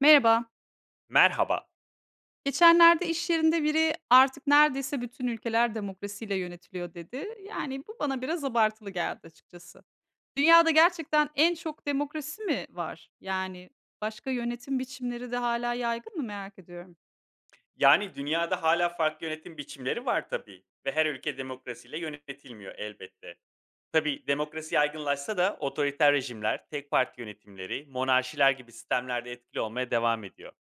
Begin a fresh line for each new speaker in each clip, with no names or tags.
Merhaba.
Merhaba.
Geçenlerde iş yerinde biri artık neredeyse bütün ülkeler demokrasiyle yönetiliyor dedi. Yani bu bana biraz abartılı geldi açıkçası. Dünyada gerçekten en çok demokrasi mi var? Yani başka yönetim biçimleri de hala yaygın mı merak ediyorum.
Yani dünyada hala farklı yönetim biçimleri var tabii ve her ülke demokrasiyle yönetilmiyor elbette. Tabii demokrasi yaygınlaşsa da otoriter rejimler, tek parti yönetimleri, monarşiler gibi sistemlerde etkili olmaya devam ediyor.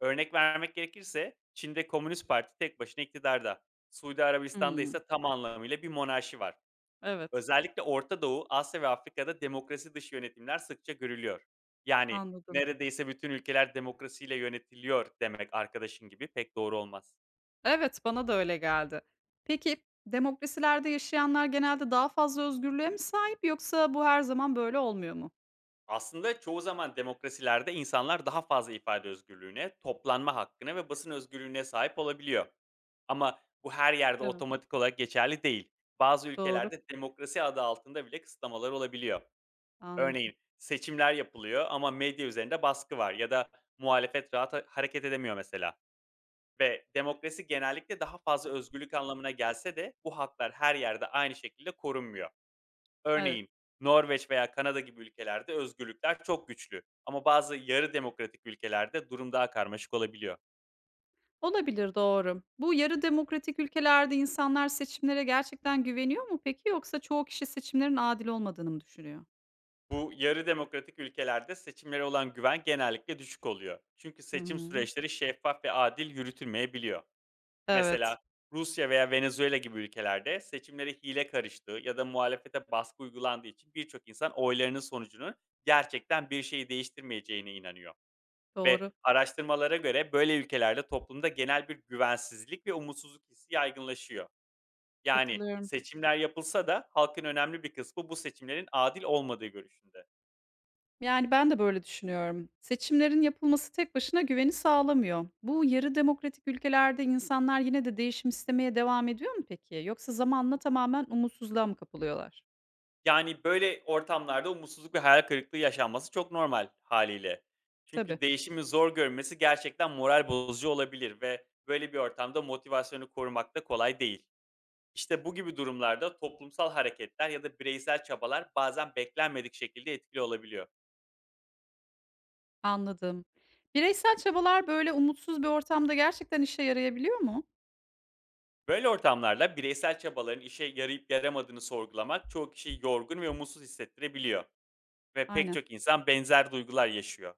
Örnek vermek gerekirse Çin'de Komünist Parti tek başına iktidarda. Suudi Arabistan'da
Hmm,
ise tam anlamıyla bir monarşi var.
evet,
Özellikle Orta Doğu, Asya ve Afrika'da demokrasi dışı yönetimler sıkça görülüyor. Yani
anladım.
neredeyse bütün ülkeler demokrasiyle yönetiliyor demek arkadaşın gibi pek doğru olmaz.
Evet, bana da öyle geldi. Peki demokrasilerde yaşayanlar genelde daha fazla özgürlüğe mi sahip yoksa bu her zaman böyle olmuyor mu?
Aslında çoğu zaman demokrasilerde insanlar daha fazla ifade özgürlüğüne, toplanma hakkına ve basın özgürlüğüne sahip olabiliyor. Ama bu her yerde
Evet,
otomatik olarak geçerli değil. Bazı
doğru.
ülkelerde demokrasi adı altında bile kısıtlamalar olabiliyor.
Anladım.
Örneğin seçimler yapılıyor ama medya üzerinde baskı var ya da muhalefet rahat hareket edemiyor mesela. Ve demokrasi genellikle daha fazla özgürlük anlamına gelse de bu haklar her yerde aynı şekilde korunmuyor.
Evet.
Örneğin Norveç veya Kanada gibi ülkelerde özgürlükler çok güçlü ama bazı yarı demokratik ülkelerde durum daha karmaşık olabiliyor.
Olabilir, doğru. Bu yarı demokratik ülkelerde insanlar seçimlere gerçekten güveniyor mu peki yoksa çoğu kişi seçimlerin adil olmadığını mı düşünüyor?
Bu yarı demokratik ülkelerde seçimlere olan güven genellikle düşük oluyor. Çünkü
Hı
seçim
hı.
süreçleri şeffaf ve adil yürütülmeyebiliyor. Mesela
Evet,
Rusya veya Venezuela gibi ülkelerde seçimlere hile karıştığı ya da muhalefete baskı uygulandığı için birçok insan oylarının sonucunun gerçekten bir şeyi değiştirmeyeceğine inanıyor ve
doğru.
araştırmalara göre böyle ülkelerde toplumda genel bir güvensizlik ve umutsuzluk hissi yaygınlaşıyor. Yani
Katılıyorum.
seçimler yapılsa da halkın önemli bir kısmı bu seçimlerin adil olmadığı görüşünde.
Yani ben de böyle düşünüyorum. Seçimlerin yapılması tek başına güveni sağlamıyor. Bu yarı demokratik ülkelerde insanlar yine de değişim istemeye devam ediyor mu peki? Yoksa zamanla tamamen umutsuzluğa mı kapılıyorlar?
Yani, böyle ortamlarda umutsuzluk ve hayal kırıklığı yaşanması çok normal haliyle.
Tabii,
Çünkü değişimi zor görmesi gerçekten moral bozucu olabilir ve böyle bir ortamda motivasyonu korumak da kolay değil. İşte, bu gibi durumlarda toplumsal hareketler ya da bireysel çabalar bazen beklenmedik şekilde etkili olabiliyor.
anladım. Bireysel çabalar böyle umutsuz bir ortamda gerçekten işe yarayabiliyor mu?
Böyle ortamlarda bireysel çabaların işe yarayıp yaramadığını sorgulamak çoğu kişiyi yorgun ve umutsuz hissettirebiliyor ve pek
Aynen,
çok insan benzer duygular yaşıyor.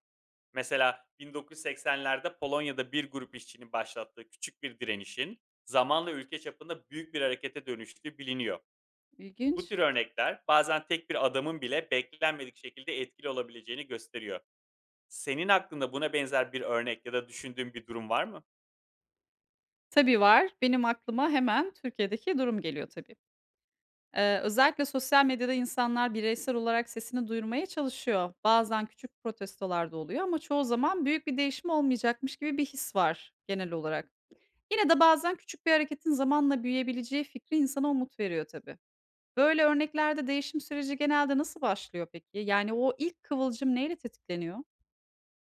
Mesela 1980'lerde Polonya'da bir grup işçinin başlattığı küçük bir direnişin zamanla ülke çapında büyük bir harekete dönüştüğü biliniyor. Bu
ilginç.
tür örnekler bazen tek bir adamın bile beklenmedik şekilde etkili olabileceğini gösteriyor. Senin aklında buna benzer bir örnek ya da düşündüğün bir durum var mı?
Tabii var. Benim aklıma hemen Türkiye'deki durum geliyor tabii. Özellikle sosyal medyada insanlar bireysel olarak sesini duyurmaya çalışıyor. Bazen küçük protestolar da oluyor ama çoğu zaman büyük bir değişim olmayacakmış gibi bir his var genel olarak. Yine de bazen küçük bir hareketin zamanla büyüyebileceği fikri insana umut veriyor tabii. Böyle örneklerde değişim süreci genelde nasıl başlıyor peki? Yani o ilk kıvılcım neyle tetikleniyor?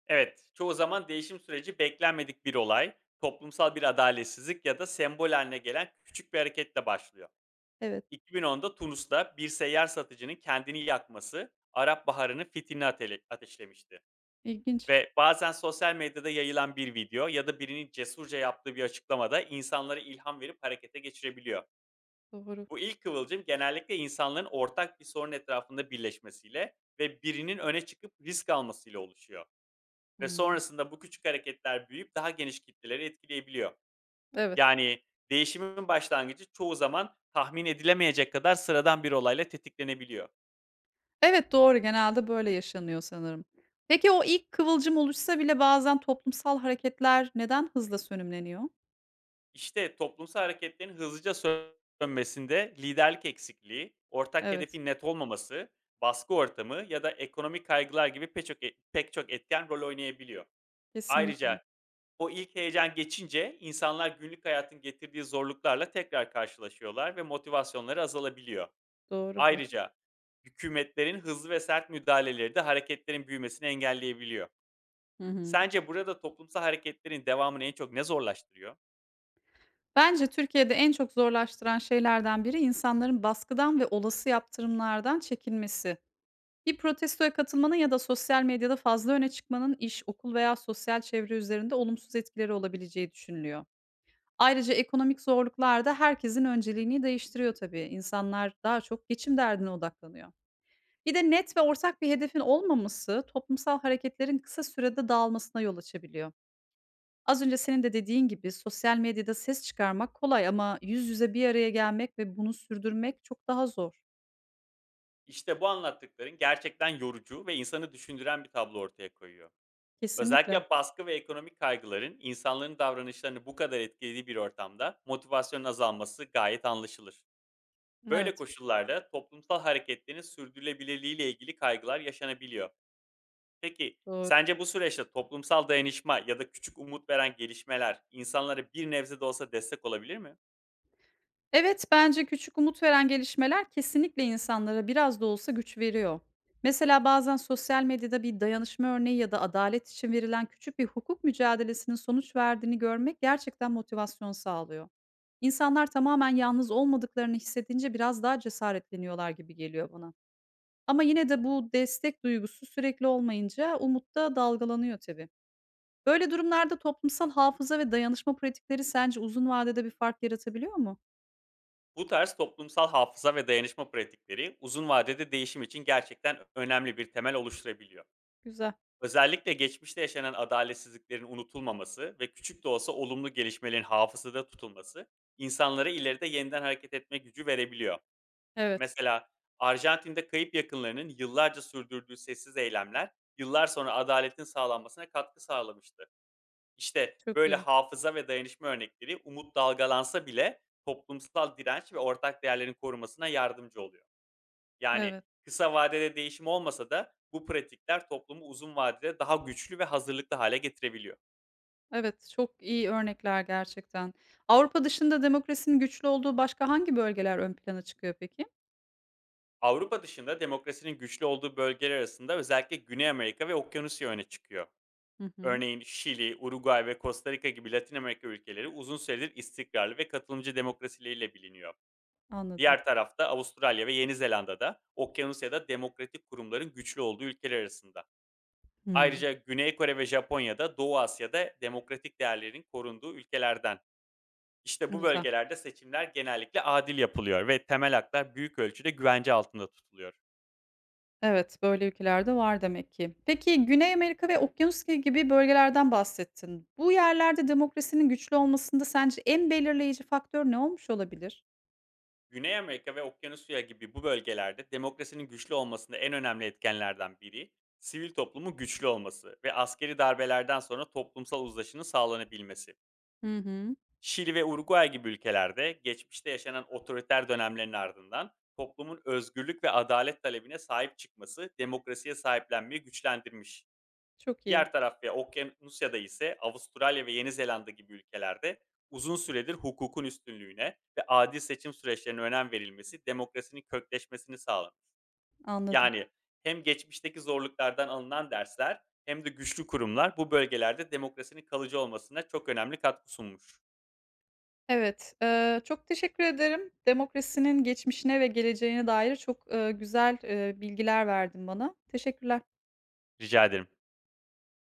Evet, çoğu zaman değişim süreci beklenmedik bir olay, toplumsal bir adaletsizlik ya da sembol haline gelen küçük bir hareketle başlıyor.
Evet.
2010'da Tunus'ta bir seyyar satıcının kendini yakması Arap Baharı'nın fitilini ateşlemişti.
ilginç
Ve bazen sosyal medyada yayılan bir video ya da birinin cesurca yaptığı bir açıklamada insanlara ilham verip harekete geçirebiliyor.
Doğru.
Bu ilk kıvılcım genellikle insanların ortak bir sorun etrafında birleşmesiyle ve birinin öne çıkıp risk almasıyla oluşuyor. Ve
Hmm.
sonrasında bu küçük hareketler büyüyüp daha geniş kitleleri etkileyebiliyor.
Evet.
Yani değişimin başlangıcı çoğu zaman tahmin edilemeyecek kadar sıradan bir olayla tetiklenebiliyor.
Evet, doğru. Genelde böyle yaşanıyor sanırım. Peki o ilk kıvılcım oluşsa bile bazen toplumsal hareketler neden hızla sönümleniyor?
İşte, toplumsal hareketlerin hızlıca sönmesinde liderlik eksikliği, ortak
Evet,
hedefin net olmaması, baskı ortamı ya da ekonomik kaygılar gibi pek çok etken rol oynayabiliyor.
kesinlikle.
Ayrıca o ilk heyecan geçince insanlar günlük hayatın getirdiği zorluklarla tekrar karşılaşıyorlar ve motivasyonları azalabiliyor.
Doğru bu.
Ayrıca hükümetlerin hızlı ve sert müdahaleleri de hareketlerin büyümesini engelleyebiliyor.
Hı hı.
Sence burada toplumsal hareketlerin devamını en çok ne zorlaştırıyor?
Bence Türkiye'de en çok zorlaştıran şeylerden biri insanların baskıdan ve olası yaptırımlardan çekinmesi. Bir protestoya katılmanın ya da sosyal medyada fazla öne çıkmanın iş, okul veya sosyal çevre üzerinde olumsuz etkileri olabileceği düşünülüyor. Ayrıca ekonomik zorluklar da herkesin önceliğini değiştiriyor tabii. İnsanlar daha çok geçim derdine odaklanıyor. Bir de net ve ortak bir hedefin olmaması toplumsal hareketlerin kısa sürede dağılmasına yol açabiliyor. Az önce senin de dediğin gibi sosyal medyada ses çıkarmak kolay ama yüz yüze bir araya gelmek ve bunu sürdürmek çok daha zor.
İşte bu anlattıkların gerçekten yorucu ve insanı düşündüren bir tablo ortaya koyuyor.
Kesinlikle.
Özellikle baskı ve ekonomik kaygıların insanların davranışlarını bu kadar etkilediği bir ortamda motivasyonun azalması gayet anlaşılır. Böyle
Evet,
koşullarda toplumsal hareketlerin sürdürülebilirliği ile ilgili kaygılar yaşanabiliyor. Peki
doğru.
sence bu süreçte toplumsal dayanışma ya da küçük umut veren gelişmeler insanlara bir nebze de olsa destek olabilir mi?
Evet, bence küçük umut veren gelişmeler kesinlikle insanlara biraz da olsa güç veriyor. Mesela bazen sosyal medyada bir dayanışma örneği ya da adalet için verilen küçük bir hukuk mücadelesinin sonuç verdiğini görmek gerçekten motivasyon sağlıyor. İnsanlar tamamen yalnız olmadıklarını hissedince biraz daha cesaretleniyorlar gibi geliyor bana. Ama yine de bu destek duygusu sürekli olmayınca umut da dalgalanıyor tabii. Böyle durumlarda toplumsal hafıza ve dayanışma pratikleri sence uzun vadede bir fark yaratabiliyor mu?
Bu tarz toplumsal hafıza ve dayanışma pratikleri uzun vadede değişim için gerçekten önemli bir temel oluşturabiliyor.
Güzel.
Özellikle geçmişte yaşanan adaletsizliklerin unutulmaması ve küçük de olsa olumlu gelişmelerin hafızada tutulması insanlara ileride yeniden hareket etme gücü verebiliyor.
Evet.
Mesela Arjantin'de kayıp yakınlarının yıllarca sürdürdüğü sessiz eylemler yıllar sonra adaletin sağlanmasına katkı sağlamıştı. İşte
Çok
böyle
iyi.
hafıza ve dayanışma örnekleri umut dalgalansa bile toplumsal direnç ve ortak değerlerin korumasına yardımcı oluyor. Yani
Evet.
kısa vadede değişim olmasa da bu pratikler toplumu uzun vadede daha güçlü ve hazırlıklı hale getirebiliyor.
Evet, çok iyi örnekler gerçekten. Avrupa dışında demokrasinin güçlü olduğu başka hangi bölgeler ön plana çıkıyor peki?
Avrupa dışında demokrasinin güçlü olduğu bölgeler arasında özellikle Güney Amerika ve Okyanusya öne çıkıyor.
Hı hı.
Örneğin Şili, Uruguay ve Costa Rica gibi Latin Amerika ülkeleri uzun süredir istikrarlı ve katılımcı demokrasileriyle biliniyor.
Anladım.
Diğer tarafta Avustralya ve Yeni Zelanda'da, Okyanusya'da demokratik kurumların güçlü olduğu ülkeler arasında.
Hımm.
Ayrıca Güney Kore ve Japonya'da, Doğu Asya'da demokratik değerlerin korunduğu ülkelerden. İşte bu
Güzel.
bölgelerde seçimler genellikle adil yapılıyor ve temel haklar büyük ölçüde güvence altında tutuluyor.
Evet, böyle ülkelerde var demek ki. Peki Güney Amerika ve Okyanusya gibi bölgelerden bahsettin. Bu yerlerde demokrasinin güçlü olmasında sence en belirleyici faktör ne olmuş olabilir?
Güney Amerika ve Okyanusya gibi bu bölgelerde demokrasinin güçlü olmasında en önemli etkenlerden biri sivil toplumun güçlü olması ve askeri darbelerden sonra toplumsal uzlaşının sağlanabilmesi.
Hı hı.
Şili ve Uruguay gibi ülkelerde geçmişte yaşanan otoriter dönemlerin ardından toplumun özgürlük ve adalet talebine sahip çıkması demokrasiye sahiplenmeyi güçlendirmiş.
Çok iyi.
Diğer taraf ya Okyanusya'da ise Avustralya ve Yeni Zelanda gibi ülkelerde uzun süredir hukukun üstünlüğüne ve adil seçim süreçlerine önem verilmesi demokrasinin kökleşmesini sağlamış.
Anladım.
Yani hem geçmişteki zorluklardan alınan dersler hem de güçlü kurumlar bu bölgelerde demokrasinin kalıcı olmasına çok önemli katkı sunmuş.
Evet, çok teşekkür ederim. Demokrasinin geçmişine ve geleceğine dair çok güzel bilgiler verdin bana. Teşekkürler.
Rica ederim.